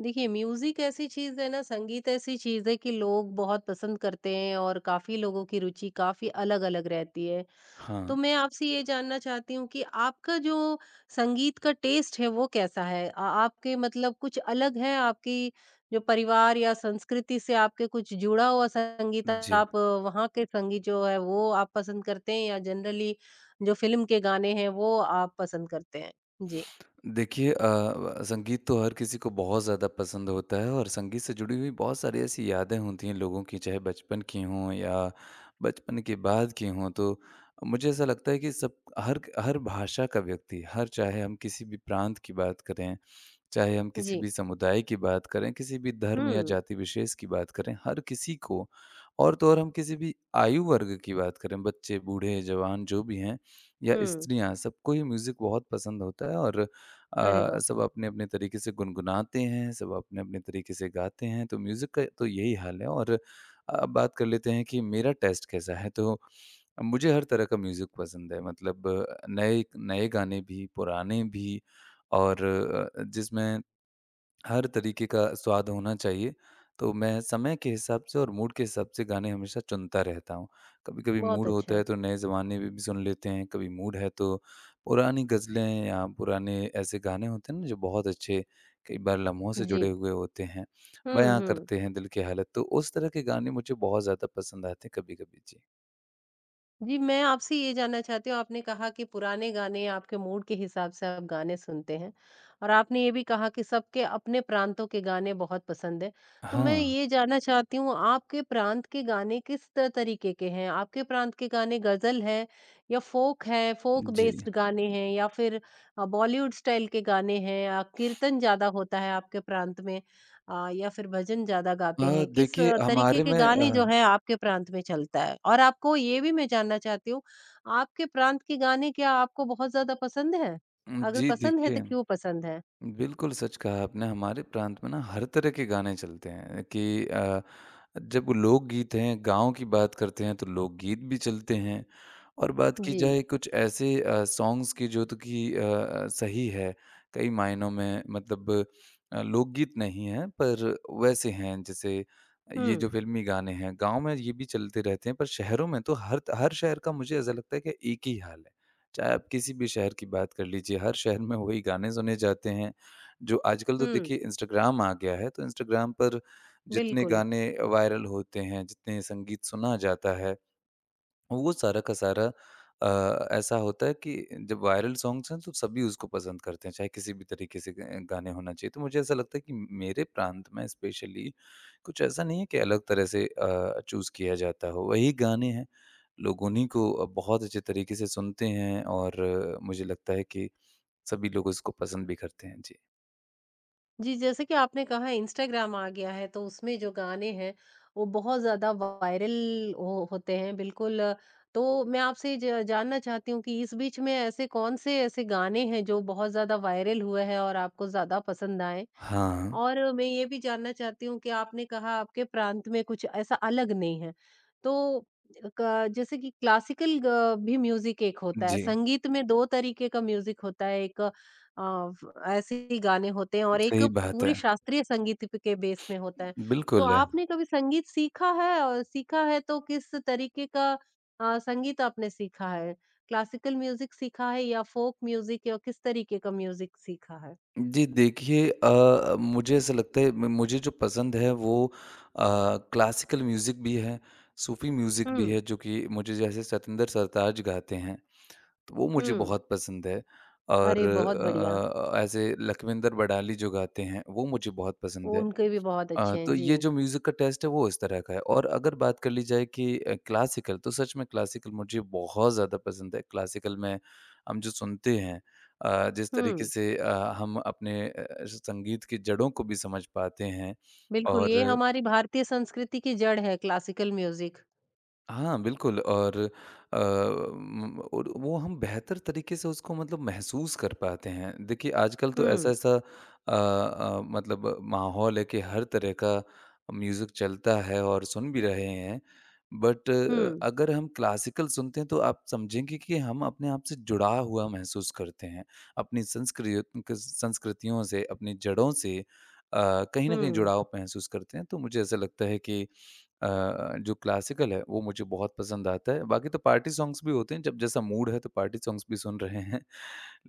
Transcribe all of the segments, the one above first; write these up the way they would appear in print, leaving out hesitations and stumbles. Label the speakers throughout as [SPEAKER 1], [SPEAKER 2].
[SPEAKER 1] देखिए, म्यूज़िक ऐसी चीज़ है ना, संगीत ऐसी चीज़ है कि लोग बहुत पसंद करते हैं और काफ़ी लोगों की रुचि काफ़ी अलग-अलग रहती है।
[SPEAKER 2] हाँ।
[SPEAKER 1] तो मैं आपसे ये जानना चाहती हूँ कि आपका जो संगीत का टेस्ट है, वो कैसा है? आपके मतलब कुछ अलग है, आपकी जो परिवार या संस्कृति से आपके कुछ जुड़ा हुआ संगीत
[SPEAKER 2] जी।
[SPEAKER 1] आप वहाँ के संगीत जो है, वो आप पसंद करते हैं या जनरली जो फ़िल्म के गाने हैं, वो आप पसंद करते हैं? जी,
[SPEAKER 2] देखिए व संगीत तो हर किसी को बहुत ज़्यादा पसंद होता है और संगीत से जुड़ी हुई बहुत सारी ऐसी यादें होती हैं लोगों की, चाहे बचपन की हों या बचपन के बाद की हों। तो मुझे ऐसा लगता है कि सब हर भाषा का व्यक्ति, हर चाहे हम किसी भी प्रांत की बात करें चाहे हम किसी
[SPEAKER 1] जी।
[SPEAKER 2] भी समुदाय की बात करें, किसी भी धर्म या
[SPEAKER 1] हुँ,
[SPEAKER 2] जाति विशेष की बात करें, हर किसी को और तो और हम किसी भी आयु वर्ग की बात करें, बच्चे, बूढ़े, जवान जो भी हैं या
[SPEAKER 1] हुँ।
[SPEAKER 2] स्त्रियाँ, सबको ही म्यूज़िक बहुत पसंद होता है और
[SPEAKER 1] अरे वाह!
[SPEAKER 2] सब अपने-अपने तरीके से गुनगुनाते हैं, सब अपने-अपने तरीके से गाते हैं, तो म्यूज़िक का तो यही हाल है और अब बात कर लेते हैं कि मेरा टेस्ट कैसा है, तो मुझे हर तरह का म्यूज़िक पसंद है मतलब नए नए गाने भी, पुराने भी और जिसमें हर तरीके का स्वाद होना चाहिए, तो मैं समय के हिसाब से और मूड के हिसाब से गाने हमेशा चुनता रहता हूँ। कभी-कभी
[SPEAKER 1] बहुत
[SPEAKER 2] मूड होता
[SPEAKER 1] अच्छा।
[SPEAKER 2] है तो नए ज़माने में भी सुन लेते हैं, कभी मूड है तो पुरानी गज़लें या पुराने ऐसे गाने होते हैं ना जो बहुत अच्छे कई बार लम्हों से
[SPEAKER 1] जी।
[SPEAKER 2] जुड़े हुए होते हैं,
[SPEAKER 1] हुँ,
[SPEAKER 2] बयाँ
[SPEAKER 1] हुँ।
[SPEAKER 2] करते हैं दिल की हालत, तो उस तरह के गाने मुझे बहुत ज़्यादा पसंद आते हैं कभी-कभी। जी।
[SPEAKER 1] जी, मैं आपसे ये जानना चाहती हूँ, आपने कहा कि पुराने गाने आपके मूड के हिसाब से आप गाने सुनते हैं और आपने ये भी कहा कि सबके अपने प्रांतों के गाने बहुत पसंद हैं। तो मैं
[SPEAKER 2] हाँ।
[SPEAKER 1] ये जानना चाहती हूँ, आपके प्रांत के गाने किस त तरीके के हैं? आपके प्रांत के गाने गज़ल हैं या फ़ोक हैं, फ़ोक
[SPEAKER 2] जी।
[SPEAKER 1] बेस्ड गाने हैं या फिर बॉलीवुड स्टाइल के गाने हैं या कीर्तन ज़्यादा होता है आपके प्रांत में? या फिर भजन ज़्यादा गाते हैं? किस
[SPEAKER 2] देखिए
[SPEAKER 1] तरीके
[SPEAKER 2] हमारे
[SPEAKER 1] के
[SPEAKER 2] में
[SPEAKER 1] गाने जो है आपके प्रांत में चलता है? और आपको ये भी मैं जानना चाहती हूँ, आपके प्रांत के गाने क्या आपको बहुत ज़्यादा पसंद हैं? अगर
[SPEAKER 2] जी
[SPEAKER 1] पसंद है तो
[SPEAKER 2] देखिए
[SPEAKER 1] क्यों पसंद है?
[SPEAKER 2] बिल्कुल सच कहा आपने। हमारे प्रांत में ना हर तरह के गाने चलते हैं कि जब लोकगीत हैं, गाँव की बात करते हैं तो लोकगीत भी चलते हैं और बात की
[SPEAKER 1] जी।
[SPEAKER 2] जाए कुछ ऐसे सॉन्ग्स की जो तो कि सही है कई मायनों में मतलब लोकगीत नहीं है पर वैसे हैं जैसे ये
[SPEAKER 1] हुँ,
[SPEAKER 2] जो फ़िल्मी गाने हैं, गाँव में ये भी चलते रहते हैं पर शहरों में तो हर हर शहर का मुझे ऐसा लगता है कि एक ही हाल है। चाहे आप किसी भी शहर की बात कर लीजिए, हर शहर में वही गाने सुने जाते हैं जो आजकल तो
[SPEAKER 1] हुँ,
[SPEAKER 2] देखिए इंस्टाग्राम आ गया है, तो इंस्टाग्राम पर जितने
[SPEAKER 1] बिल्कुल।
[SPEAKER 2] गाने वायरल होते हैं, जितने संगीत सुना जाता है, वो सारा का सारा ऐसा होता है कि जब वायरल सॉन्ग्स हैं तो सभी उसको पसंद करते हैं, चाहे किसी भी तरीके से ग गाने होना चाहिए। तो मुझे ऐसा लगता है कि मेरे प्रांत में स्पेशली कुछ ऐसा नहीं है कि अलग तरह से चूज़ किया जाता हो, वही गाने हैं। लोग उन्हीं को बहुत अच्छे तरीके से सुनते हैं और मुझे लगता है कि सभी लोग इसको पसंद भी करते हैं। जी।
[SPEAKER 1] जी, जैसे कि आपने कहा इंस्टाग्राम आ गया है तो उसमें जो गाने हैं वो बहुत ज़्यादा वायरल हो होते हैं बिल्कुल। तो मैं आपसे ज जानना चाहती हूँ कि इस बीच में ऐसे कौन से ऐसे गाने हैं जो बहुत ज़्यादा वायरल हुए हैं और आपको ज़्यादा पसंद आए?
[SPEAKER 2] हाँ।
[SPEAKER 1] और मैं ये भी जानना चाहती हूँ कि आपने कहा आपके प्रांत में कुछ ऐसा अलग नहीं है। तो क जैसे कि क्लासिकल ग भी म्यूज़िक एक होता है,
[SPEAKER 2] जी,
[SPEAKER 1] संगीत में 2 तरीके का म्यूज़िक होता है, एक फ ऐसे ही गाने होते हैं और एक
[SPEAKER 2] सही बात
[SPEAKER 1] पूरे
[SPEAKER 2] है।
[SPEAKER 1] शास्त्रीय संगीत प के बेस में होता है। तो
[SPEAKER 2] बिल्कुल।
[SPEAKER 1] आपने कभी संगीत सीखा है और सीखा है तो किस तरीके का संगीत आपने सीखा है? क्लासिकल म्यूज़िक सीखा है या फ़ोक म्यूज़िक या किस तरीके का म्यूज़िक सीखा है?
[SPEAKER 2] जी, देखिए मुझे ऐसा लगता है म मुझे जो पसंद है वो क्लासिकल म्यूज़िक भी है, सूफ़ी म्यूज़िक भी
[SPEAKER 1] हुँ,
[SPEAKER 2] है जो कि मुझे जैसे सतिंदर सरताज गाते हैं, तो वो मुझे
[SPEAKER 1] हुँ।
[SPEAKER 2] बहुत पसंद है और
[SPEAKER 1] अरे! बहुत बढ़िया,
[SPEAKER 2] ऐसे लखविंदर बड़ाली जो गाते हैं, वो मुझे बहुत पसंद है।
[SPEAKER 1] उनके भी बहुत अच्छे हैं,
[SPEAKER 2] तो ये
[SPEAKER 1] जी।
[SPEAKER 2] जो म्यूज़िक का टेस्ट है वो इस तरह का है और अगर बात कर ली जाए कि क्लासिकल तो सच में क्लासिकल मुझे बहुत ज़्यादा पसंद है। क्लासिकल में हम जो सुनते हैं जिस तरीके
[SPEAKER 1] हुँ,
[SPEAKER 2] से हम अपने संगीत की जड़ों को भी समझ पाते हैं
[SPEAKER 1] बिल्कुल
[SPEAKER 2] और
[SPEAKER 1] ये हमारी भारतीय संस्कृति की जड़ है क्लासिकल म्यूज़िक।
[SPEAKER 2] हाँ, बिल्कुल और अ, म और वो हम बेहतर तरीके से उसको मतलब महसूस कर पाते हैं। देखिए आजकल तो
[SPEAKER 1] हुँ,
[SPEAKER 2] ऐसा-ऐसा मतलब माहौल है कि हर तरह का म्यूज़िक चलता है और सुन भी रहे हैं। बट
[SPEAKER 1] हुँ,
[SPEAKER 2] अगर हम क्लासिकल सुनते हैं तो आप समझेंगे कि हम अपने आप से जुड़ा हुआ महसूस करते हैं। अपनी संस्कृत क संस्कृतियों से, अपनी जड़ों से कहीं न कहीं
[SPEAKER 1] हुँ।
[SPEAKER 2] जुड़ाव महसूस करते हैं। तो मुझे ऐसा लगता है कि अ, जो क्लासिकल है वो मुझे बहुत पसंद आता है। बाकी तो पार्टी सॉन्ग्स भी होते हैं जब जैसा मूड है तो पार्टी सॉन्ग्स भी सुन रहे हैं।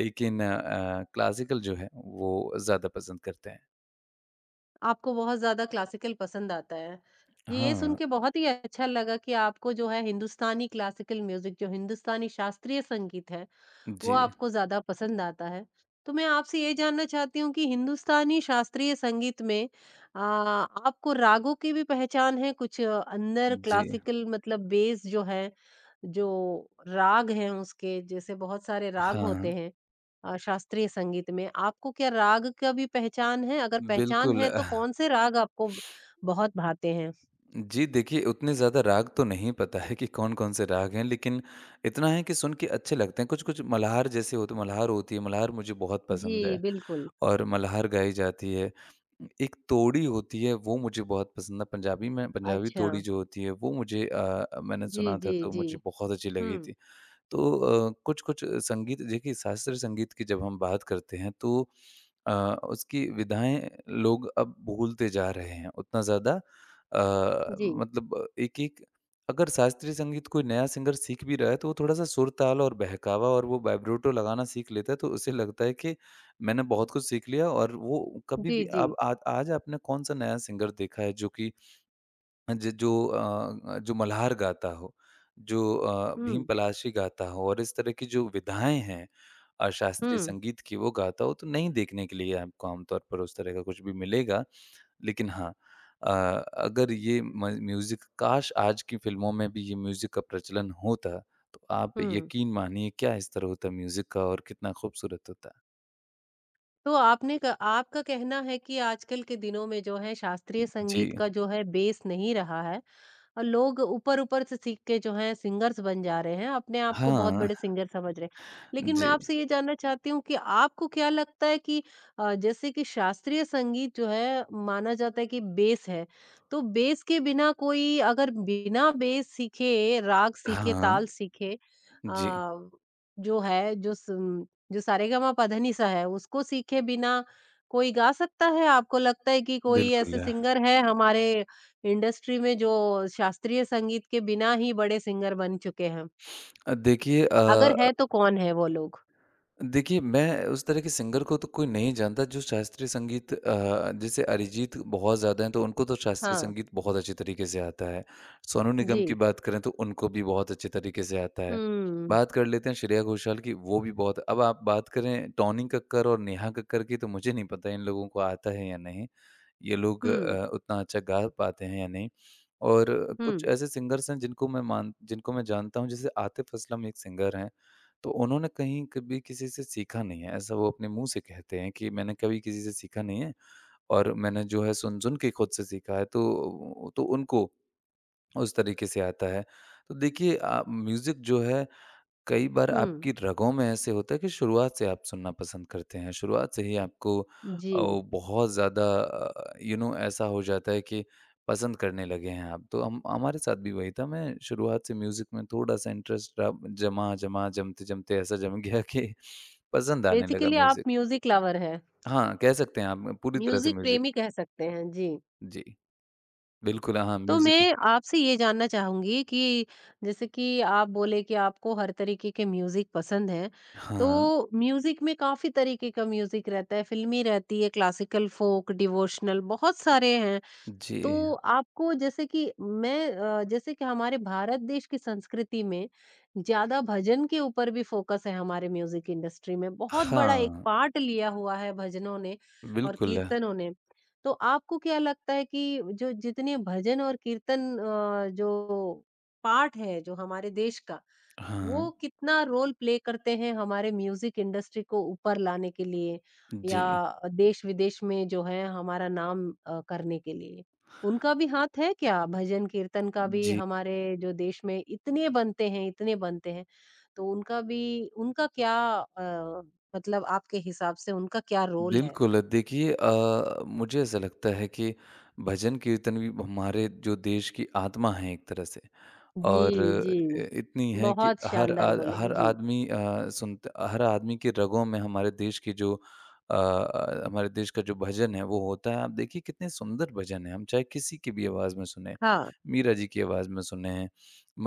[SPEAKER 2] लेकिन क्लासिकल जो है वो ज़्यादा पसंद करते हैं।
[SPEAKER 1] आपको बहुत ज़्यादा क्लासिकल पसंद आता है। जी, ये सुन
[SPEAKER 2] हाँ।
[SPEAKER 1] के बहुत ही अच्छा लगा कि आपको जो है हिंदुस्तानी क्लासिकल म्यूज़िक जो हिंदुस्तानी शास्त्रीय संगीत है वो
[SPEAKER 2] जी।
[SPEAKER 1] आपको ज़्यादा पसंद आता है। तो मैं आपसे ये जानना चाहती हूँ कि हिंदुस्तानी शास्त्रीय संगीत में आपको रागों की भी पहचान है? कुछ अंदर
[SPEAKER 2] जी।
[SPEAKER 1] क्लासिकल मतलब बेस जो है, जो राग हैं उसके जैसे बहुत सारे राग
[SPEAKER 2] हाँ।
[SPEAKER 1] होते हैं शास्त्रीय संगीत में। आपको क्या राग का भी पहचान है? अगर पहचान
[SPEAKER 2] बिल्कुल।
[SPEAKER 1] है तो कौन-से राग आपको बहुत भाते हैं?
[SPEAKER 2] जी देखिए उतने ज़्यादा राग तो नहीं पता है कि कौन-कौन से राग हैं लेकिन इतना है कि सुन के अच्छे लगते हैं। कुछ-कुछ मल्हार जैसे होते मल्हार होती है, मल्हार मुझे बहुत
[SPEAKER 1] जी,
[SPEAKER 2] पसंद है।
[SPEAKER 1] बिल्कुल।
[SPEAKER 2] और मल्हार गाई जाती है। एक तोड़ी होती है वो मुझे बहुत पसंद है पंजाबी में, पंजाबी
[SPEAKER 1] अच्छा।
[SPEAKER 2] तोड़ी जो होती है वो मुझे मैंने
[SPEAKER 1] जी,
[SPEAKER 2] सुना था
[SPEAKER 1] जी,
[SPEAKER 2] तो
[SPEAKER 1] जी।
[SPEAKER 2] मुझे बहुत अच्छी
[SPEAKER 1] हुँ।
[SPEAKER 2] लगी थी। तो कुछ-कुछ संगीत देखिए शास्त्रीय संगीत की जब हम बात करते हैं तो अ, उसकी विधाएँ लोग अब भूलते जा रहे हैं। उतना ज़्यादा
[SPEAKER 1] जी।
[SPEAKER 2] मतलब एक-एक अगर शास्त्रीय संगीत कोई नया सिंगर सीख भी रहा है तो वो थोड़ा-सा सुर-ताल और बहकावा और वो वाइब्रेटो लगाना सीख लेता है तो उसे लगता है कि मैंने बहुत कुछ सीख लिया और वो कभी
[SPEAKER 1] जी,
[SPEAKER 2] भी
[SPEAKER 1] जी।
[SPEAKER 2] अब आज आज आपने कौन-सा नया सिंगर देखा है जो कि ज जो जो मल्हार गाता हो, जो भीम
[SPEAKER 1] हुँ,
[SPEAKER 2] पलाशी गाता हो और इस तरह की जो विधाएँ हैं शास्त्रीय
[SPEAKER 1] हुँ।
[SPEAKER 2] संगीत की वो गाता हो तो नहीं देखने के लिए आपको आमतौर पर उस तरह का कुछ भी मिलेगा। लेकिन हाँ अगर ये म म्यूज़िक काश आज की फ़िल्मों में भी ये म्यूज़िक का प्रचलन होता, तो आप
[SPEAKER 1] हुँ।
[SPEAKER 2] यकीन मानिए क्या स्तर होता म्यूज़िक का और कितना खूबसूरत होता।
[SPEAKER 1] तो आपने क आपका कहना है कि आजकल के दिनों में जो है शास्त्रीय संगीत
[SPEAKER 2] जी।
[SPEAKER 1] का जो है बेस नहीं रहा है। और लोग ऊपर-ऊपर से सीख के जो है सिंगर्स बन जा रहे हैं, अपने आप को बहुत
[SPEAKER 2] हाँ,
[SPEAKER 1] बड़े सिंगर समझ रहे हैं। लेकिन मैं
[SPEAKER 2] जी।
[SPEAKER 1] आपसे ये जानना चाहती हूँ कि आपको क्या लगता है कि जैसे कि शास्त्रीय संगीत जो है माना जाता है कि बेस है, तो बेस के बिना कोई अगर बिना बेस सीखे, राग सीखे,
[SPEAKER 2] हाँ,
[SPEAKER 1] ताल सीखे
[SPEAKER 2] जी।
[SPEAKER 1] जो है जो सारेगामापधनिसा है उसको सीखे बिना कोई गा सकता है? आपको लगता है कि कोई
[SPEAKER 2] बिल्कुल।
[SPEAKER 1] ऐसे सिंगर है हमारे इंडस्ट्री में जो शास्त्रीय संगीत के बिना ही बड़े सिंगर बन चुके हैं।
[SPEAKER 2] अ, देखिए
[SPEAKER 1] अगर
[SPEAKER 2] अ
[SPEAKER 1] है तो कौन है वो लोग?
[SPEAKER 2] देखिए, मैं उस तरह के सिंगर को तो कोई नहीं जानता जो शास्त्रीय संगीत जैसे अरिजीत बहुत ज़्यादा हैं, तो उनको तो शास्त्रीय
[SPEAKER 1] हाँ,
[SPEAKER 2] संगीत बहुत अच्छे तरीके से आता है। सोनू निगम की
[SPEAKER 1] जी।
[SPEAKER 2] बात करें तो उनको भी बहुत अच्छे तरीके से आता है।
[SPEAKER 1] हुँ,
[SPEAKER 2] बात कर लेते हैं श्रेया घोषाल की, वो भी बहुत अब आप बात करें टोनी कक्कड़ और नेहा कक्कड़ की तो मुझे नहीं पता इन लोगों को आता है या नहीं। ये लोग
[SPEAKER 1] हुँ,
[SPEAKER 2] उतना अच्छा गा पाते हैं या नहीं। और कुछ
[SPEAKER 1] हुँ,
[SPEAKER 2] ऐसे सिंगर्स हैं जिनको मैं जानता हूँ जैसे आतिफ़ असलम एक सिंगर हैं, तो उन्होंने कहीं कभी किसी से सीखा नहीं है। ऐसा वो अपने मुँह से कहते हैं कि मैंने कभी किसी से सीखा नहीं है और मैंने जो है सुन-सुन के खुद से सीखा है तो उनको उस तरीके से आता है। तो देखिए म्यूज़िक जो है कई बार
[SPEAKER 1] हुँ।
[SPEAKER 2] आपकी रगों में ऐसे होता है कि शुरुआत से आप सुनना पसंद करते हैं, शुरुआत से ही आपको
[SPEAKER 1] जी,
[SPEAKER 2] बहुत ज़्यादा ऐसा हो जाता है कि पसंद करने लगे हैं आप। तो हम हमारे साथ भी वही था, मैं शुरुआत से म्यूज़िक में थोड़ा-सा इंटरेस्ट रहा जमा, जमा, जमते-जमते ऐसा जम गया कि पसंद आने लगा
[SPEAKER 1] बेसिकली आप
[SPEAKER 2] म्यूज़िक।
[SPEAKER 1] म्यूज़िक लवर हैं,
[SPEAKER 2] हाँ, कह सकते हैं आप पूरी तरह से
[SPEAKER 1] म्यूज़िक
[SPEAKER 2] म्यूज़िक।
[SPEAKER 1] प्रेमी कह सकते हैं, जी।
[SPEAKER 2] जी, बिल्कुल हाँ,
[SPEAKER 1] तो
[SPEAKER 2] म्यूज़िक में।
[SPEAKER 1] मैं आपसे ये जानना चाहूँगी कि जैसे कि आप बोले कि आपको हर तरीके के म्यूज़िक पसंद हैं,
[SPEAKER 2] हाँ,
[SPEAKER 1] तो म्यूज़िक में काफ़ी तरीके का म्यूज़िक रहता है, फ़िल्मी रहती है, क्लासिकल, फ़ोक, डिवोशनल बहुत सारे हैं।
[SPEAKER 2] जी।
[SPEAKER 1] तो आपको जैसे कि हमारे भारत देश की संस्कृति में ज्यादा भजन के ऊपर भी फोकस है हमारे म्यूजिक इंडस्ट्री में बहुत बड़ा एक
[SPEAKER 2] हाँ,
[SPEAKER 1] पार्ट लिया हुआ है भजनों ने और
[SPEAKER 2] बिल्कुल।
[SPEAKER 1] कीर्तनों ने तो आपको क्या लगता है कि जो जितने भजन और कीर्तन जो पार्ट है जो हमारे देश का
[SPEAKER 2] हाँ,
[SPEAKER 1] वो कितना रोल प्ले करते हैं हमारे म्यूजिक इंडस्ट्री को ऊपर लाने के लिए या
[SPEAKER 2] जी,
[SPEAKER 1] देश-विदेश में जो है हमारा नाम करने के लिए। उनका भी हाथ है क्या? भजन कीर्तन का भी
[SPEAKER 2] जी।
[SPEAKER 1] हमारे जो देश में इतने बनते हैं, तो उनका भी उनका क्या अ, मतलब आपके हिसाब से उनका क्या रोल है?
[SPEAKER 2] बिल्कुल, देखिए मुझे ऐसा लगता है कि भजन कीर्तन भी हमारे जो देश की आत्मा है एक तरह से,
[SPEAKER 1] जी,
[SPEAKER 2] और
[SPEAKER 1] जी।
[SPEAKER 2] इतनी है कि
[SPEAKER 1] बहुत शानदार बोले।
[SPEAKER 2] हर
[SPEAKER 1] जी।
[SPEAKER 2] आदमी सुनता हर आदमी के रगों में हमारे देश की जो हमारे देश का जो भजन है वो होता है। आप देखिए कितने सुंदर भजन हैं, हम चाहे किसी की भी आवाज़ में सुनें,
[SPEAKER 1] हाँ,
[SPEAKER 2] मीरा जी की आवाज़ में सुनें,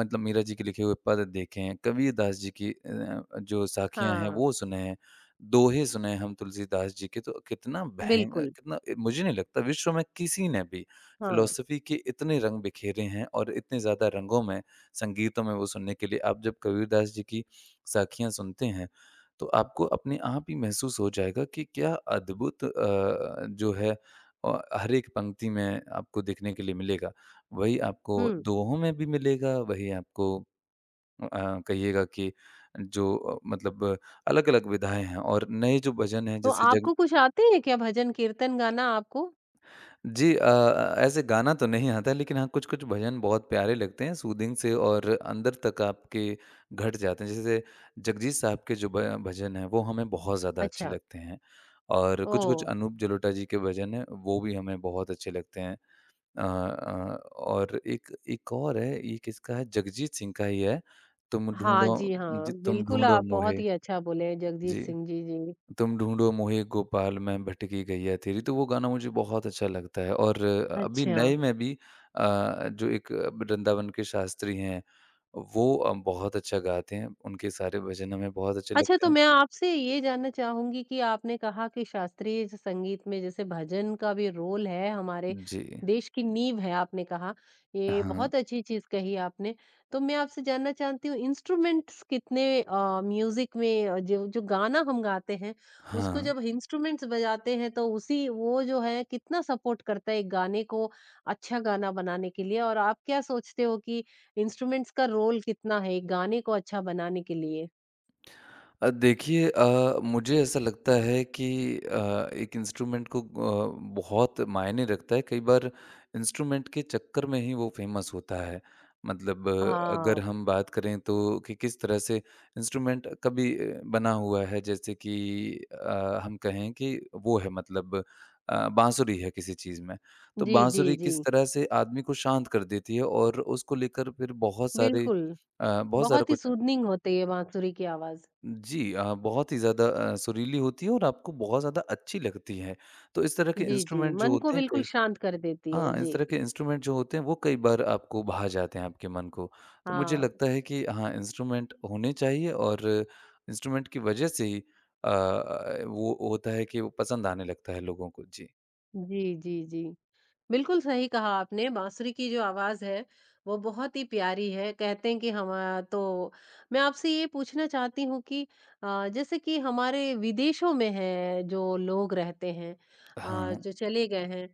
[SPEAKER 2] मतलब मीरा जी के लिखे हुए पद देखें, कबीरदास जी की जो साखियाँ हैं
[SPEAKER 1] हाँ।
[SPEAKER 2] वो सुनें, दोहे सुने हैं हम तुलसीदास जी के तो
[SPEAKER 1] बिल्कुल।
[SPEAKER 2] कितना मुझे नहीं लगता विश्व में किसी ने भी
[SPEAKER 1] हाँ।
[SPEAKER 2] फ़िलॉसफ़ी के इतने रंग बिखेरे हैं और इतने ज़्यादा रंगों में संगीतों में वो सुनने के लिए। आप जब कबीरदास जी की साखियाँ सुनते हैं, तो आपको अपने आप ही महसूस हो जाएगा कि क्या अद्भुत जो है हर एक पंक्ति में आपको देखने के लिए मिलेगा। वही आपको
[SPEAKER 1] हुँ।
[SPEAKER 2] दोहों में भी मिलेगा, वही आपको कहिएगा कि जो मतलब अलग-अलग विधाएँ हैं और नए जो भजन हैं
[SPEAKER 1] तो
[SPEAKER 2] जैसे जग
[SPEAKER 1] आपको कुछ आते हैं क्या भजन, कीर्तन गाना आपको?
[SPEAKER 2] जी ऐसे गाना तो नहीं आता है लेकिन हाँ, कुछ-कुछ भजन बहुत प्यारे लगते हैं सूदिंग से और अंदर तक आपके घट जाते हैं। जैसे जगजीत साहब के जो भ भजन हैं वो हमें बहुत ज़्यादा अच्छे
[SPEAKER 1] अच्छा।
[SPEAKER 2] लगते हैं और कुछ-कुछ
[SPEAKER 1] ओह!
[SPEAKER 2] अनूप जलोटा जी के भजन हैं वो भी हमें बहुत अच्छे लगते हैं। और एक एक और है ये किसका है जगजीत सिंह का ही है, तुम
[SPEAKER 1] हाँ
[SPEAKER 2] ढूँढो
[SPEAKER 1] जी, हाँ।
[SPEAKER 2] जी तुम
[SPEAKER 1] बिल्कुल,
[SPEAKER 2] ढूँढो
[SPEAKER 1] आप बहुत
[SPEAKER 2] मुझे।
[SPEAKER 1] ही अच्छा बोले हैं जगजीत
[SPEAKER 2] जी।
[SPEAKER 1] सिंह जी, जी।
[SPEAKER 2] तुम ढूँढो मोहे गोपाल मैं भटकी गैया तेरी, तो वो गाना मुझे बहुत अच्छा लगता है और अभी
[SPEAKER 1] अच्छा।
[SPEAKER 2] नए में भी जो एक वृंदावन के शास्त्री हैं, वो बहुत अच्छा गाते हैं, उनके सारे भजन हमें बहुत अच्छे
[SPEAKER 1] अच्छा,
[SPEAKER 2] लगते
[SPEAKER 1] तो
[SPEAKER 2] हैं।
[SPEAKER 1] मैं आपसे ये जानना चाहूँगी कि आपने कहा कि शास्त्रीय ज संगीत में जैसे भजन का भी रोल है, हमारे
[SPEAKER 2] जी।
[SPEAKER 1] देश की नींव है आपने कहा। ये
[SPEAKER 2] हाँ,
[SPEAKER 1] बहुत अच्छी चीज़ कही आपने। तो मैं आपसे जानना चाहती हूँ इंस्ट्रूमेंट्स कितने म्यूज़िक में जो जो गाना हम गाते हैं, उसको
[SPEAKER 2] हाँ।
[SPEAKER 1] जब इंस्ट्रूमेंट्स बजाते हैं तो उसी वो जो है कितना सपोर्ट करता है एक गाने को अच्छा गाना बनाने के लिए? और आप क्या सोचते हो कि इंस्ट्रूमेंट्स का रोल कितना है एक गाने को अच्छा बनाने के लिए?
[SPEAKER 2] देखिए मुझे ऐसा लगता है कि एक इंस्ट्रूमेंट को बहुत मायने रखता है। कई बार इंस्ट्रूमेंट के चक्कर में ही वो फेमस होता है। मतलब अगर
[SPEAKER 1] हाँ।
[SPEAKER 2] हम बात करें तो कि किस तरह से इंस्ट्रूमेंट कभी बना हुआ है जैसे कि हम कहें कि वो है मतलब बाँसुरी है किसी चीज़ में। तो
[SPEAKER 1] जी, जी,
[SPEAKER 2] बाँसुरी
[SPEAKER 1] जी।
[SPEAKER 2] किस तरह से आदमी को शांत कर देती है और उसको लेकर फिर बहुत सारे
[SPEAKER 1] बिल्कुल,
[SPEAKER 2] बहुत सारा
[SPEAKER 1] बहुत ही
[SPEAKER 2] कुछ।
[SPEAKER 1] सूदनिंग होती है बांसुरी की आवाज़।
[SPEAKER 2] जी बहुत ही ज़्यादा सुरीली होती है और आपको बहुत ज़्यादा अच्छी लगती है। तो इस तरह के
[SPEAKER 1] जी, जी,
[SPEAKER 2] इंस्ट्रूमेंट जो
[SPEAKER 1] मन को
[SPEAKER 2] होते हैं
[SPEAKER 1] बिल्कुल
[SPEAKER 2] कई
[SPEAKER 1] शांत कर देती है।
[SPEAKER 2] हाँ, इस
[SPEAKER 1] जी,
[SPEAKER 2] तरह के इंस्ट्रूमेंट जो होते हैं वो कई बार आपको भा जाते हैं आपके मन को। तो मुझे
[SPEAKER 1] हाँ।
[SPEAKER 2] लगता है कि हाँ, इंस्ट्रूमेंट होने चाहिए और इंस्ट्रूमेंट की वज़ह से ही अ, वो होता है कि वो पसंद आने लगता है लोगों को। जी।
[SPEAKER 1] जी, जी, जी। बिल्कुल सही कहा आपने, बाँसुरी की जो आवाज़ है, वो बहुत ही प्यारी है। कहते हैं कि हमा तो मैं आपसे ये पूछना चाहती हूँ कि जैसे कि हमारे विदेशों में हैं जो लोग रहते हैं
[SPEAKER 2] हाँ,
[SPEAKER 1] जो चले गए हैं,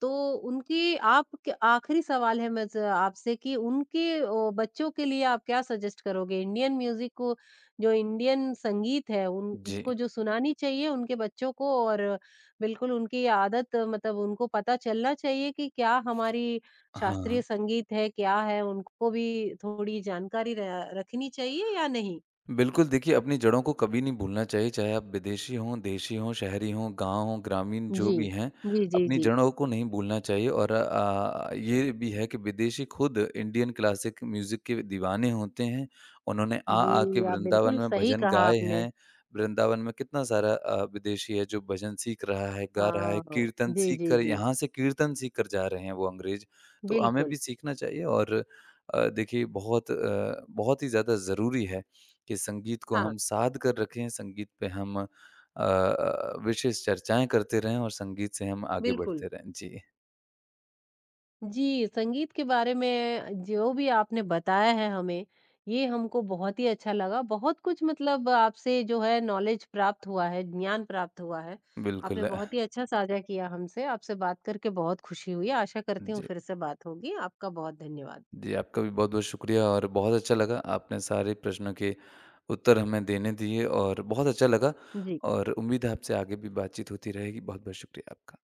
[SPEAKER 1] तो उनकी आप क आखिरी सवाल है मेरे से आपसे कि उनके ओ बच्चों के लिए आप क्या सजेस्ट करोगे? इंडियन म्यूज़िक को जो इंडियन संगीत है उन
[SPEAKER 2] जी।
[SPEAKER 1] उसको जो सुनानी चाहिए उनके बच्चों को और बिल्कुल, उनकी ये आदत मतलब उनको पता चलना चाहिए कि क्या हमारी
[SPEAKER 2] हाँ।
[SPEAKER 1] शास्त्रीय संगीत है, क्या है, उनको भी थोड़ी जानकारी र रखनी चाहिए या नहीं?
[SPEAKER 2] बिल्कुल, देखिए अपनी जड़ों को कभी नहीं भूलना चाहिए, चाहे आप विदेशी हों, देशी हों, शहरी हों, गाँव हों, ग्रामीण जो
[SPEAKER 1] जी।
[SPEAKER 2] भी हैं,
[SPEAKER 1] जी, जी,
[SPEAKER 2] अपनी
[SPEAKER 1] जी।
[SPEAKER 2] जड़ों को नहीं भूलना चाहिए और ये भी है कि विदेशी खुद इंडियन क्लासिक म्यूज़िक के दीवाने होते हैं। उन्होंने आ आ के
[SPEAKER 1] जी, आप
[SPEAKER 2] वृंदावन
[SPEAKER 1] बिल्कुल
[SPEAKER 2] में
[SPEAKER 1] सही
[SPEAKER 2] भजन
[SPEAKER 1] कहा
[SPEAKER 2] गाए
[SPEAKER 1] आपने।
[SPEAKER 2] हैं। वृंदावन में कितना सारा विदेशी है जो भजन सीख रहा है, गा रहा है,
[SPEAKER 1] हाँ,
[SPEAKER 2] कीर्तन
[SPEAKER 1] जी,
[SPEAKER 2] सीख
[SPEAKER 1] जी,
[SPEAKER 2] कर
[SPEAKER 1] जी।
[SPEAKER 2] यहाँ से कीर्तन सीख कर जा रहे हैं वो अंग्रेज़। तो हमें भी
[SPEAKER 1] बिल्कुल।
[SPEAKER 2] सीखना चाहिए और बहुत ही ज़्यादा ज़रूरी है। कि संगीत को
[SPEAKER 1] हाँ,
[SPEAKER 2] हम साध कर रखें, संगीत पे विशेष चर्चाएँ करते रहें और संगीत से हम आगे
[SPEAKER 1] बिल्कुल।
[SPEAKER 2] बढ़ते रहें। जी,
[SPEAKER 1] जी, संगीत के बारे में जो भी आपने बताया है हमें, ये हमको बहुत ही अच्छा लगा। बहुत कुछ मतलब आपसे जो है नॉलेज प्राप्त हुआ है, ज्ञान प्राप्त हुआ है।
[SPEAKER 2] बिल्कुल।
[SPEAKER 1] आपने बहुत ही अच्छा साझा किया हमसे। आपसे बात करके बहुत खुशी हुई। आशा करती हूँ
[SPEAKER 2] जी,
[SPEAKER 1] फिर से बात होगी। आपका बहुत धन्यवाद।
[SPEAKER 2] जी, आपका भी बहुत-बहुत शुक्रिया और बहुत अच्छा लगा, आपने सारे प्रश्नों के उत्तर हमें देने दिए और बहुत अच्छा लगा
[SPEAKER 1] जी।
[SPEAKER 2] और उम्मीद है आपसे आगे भी बातचीत होती रहेगी। बहुत-बहुत शुक्रिया आपका।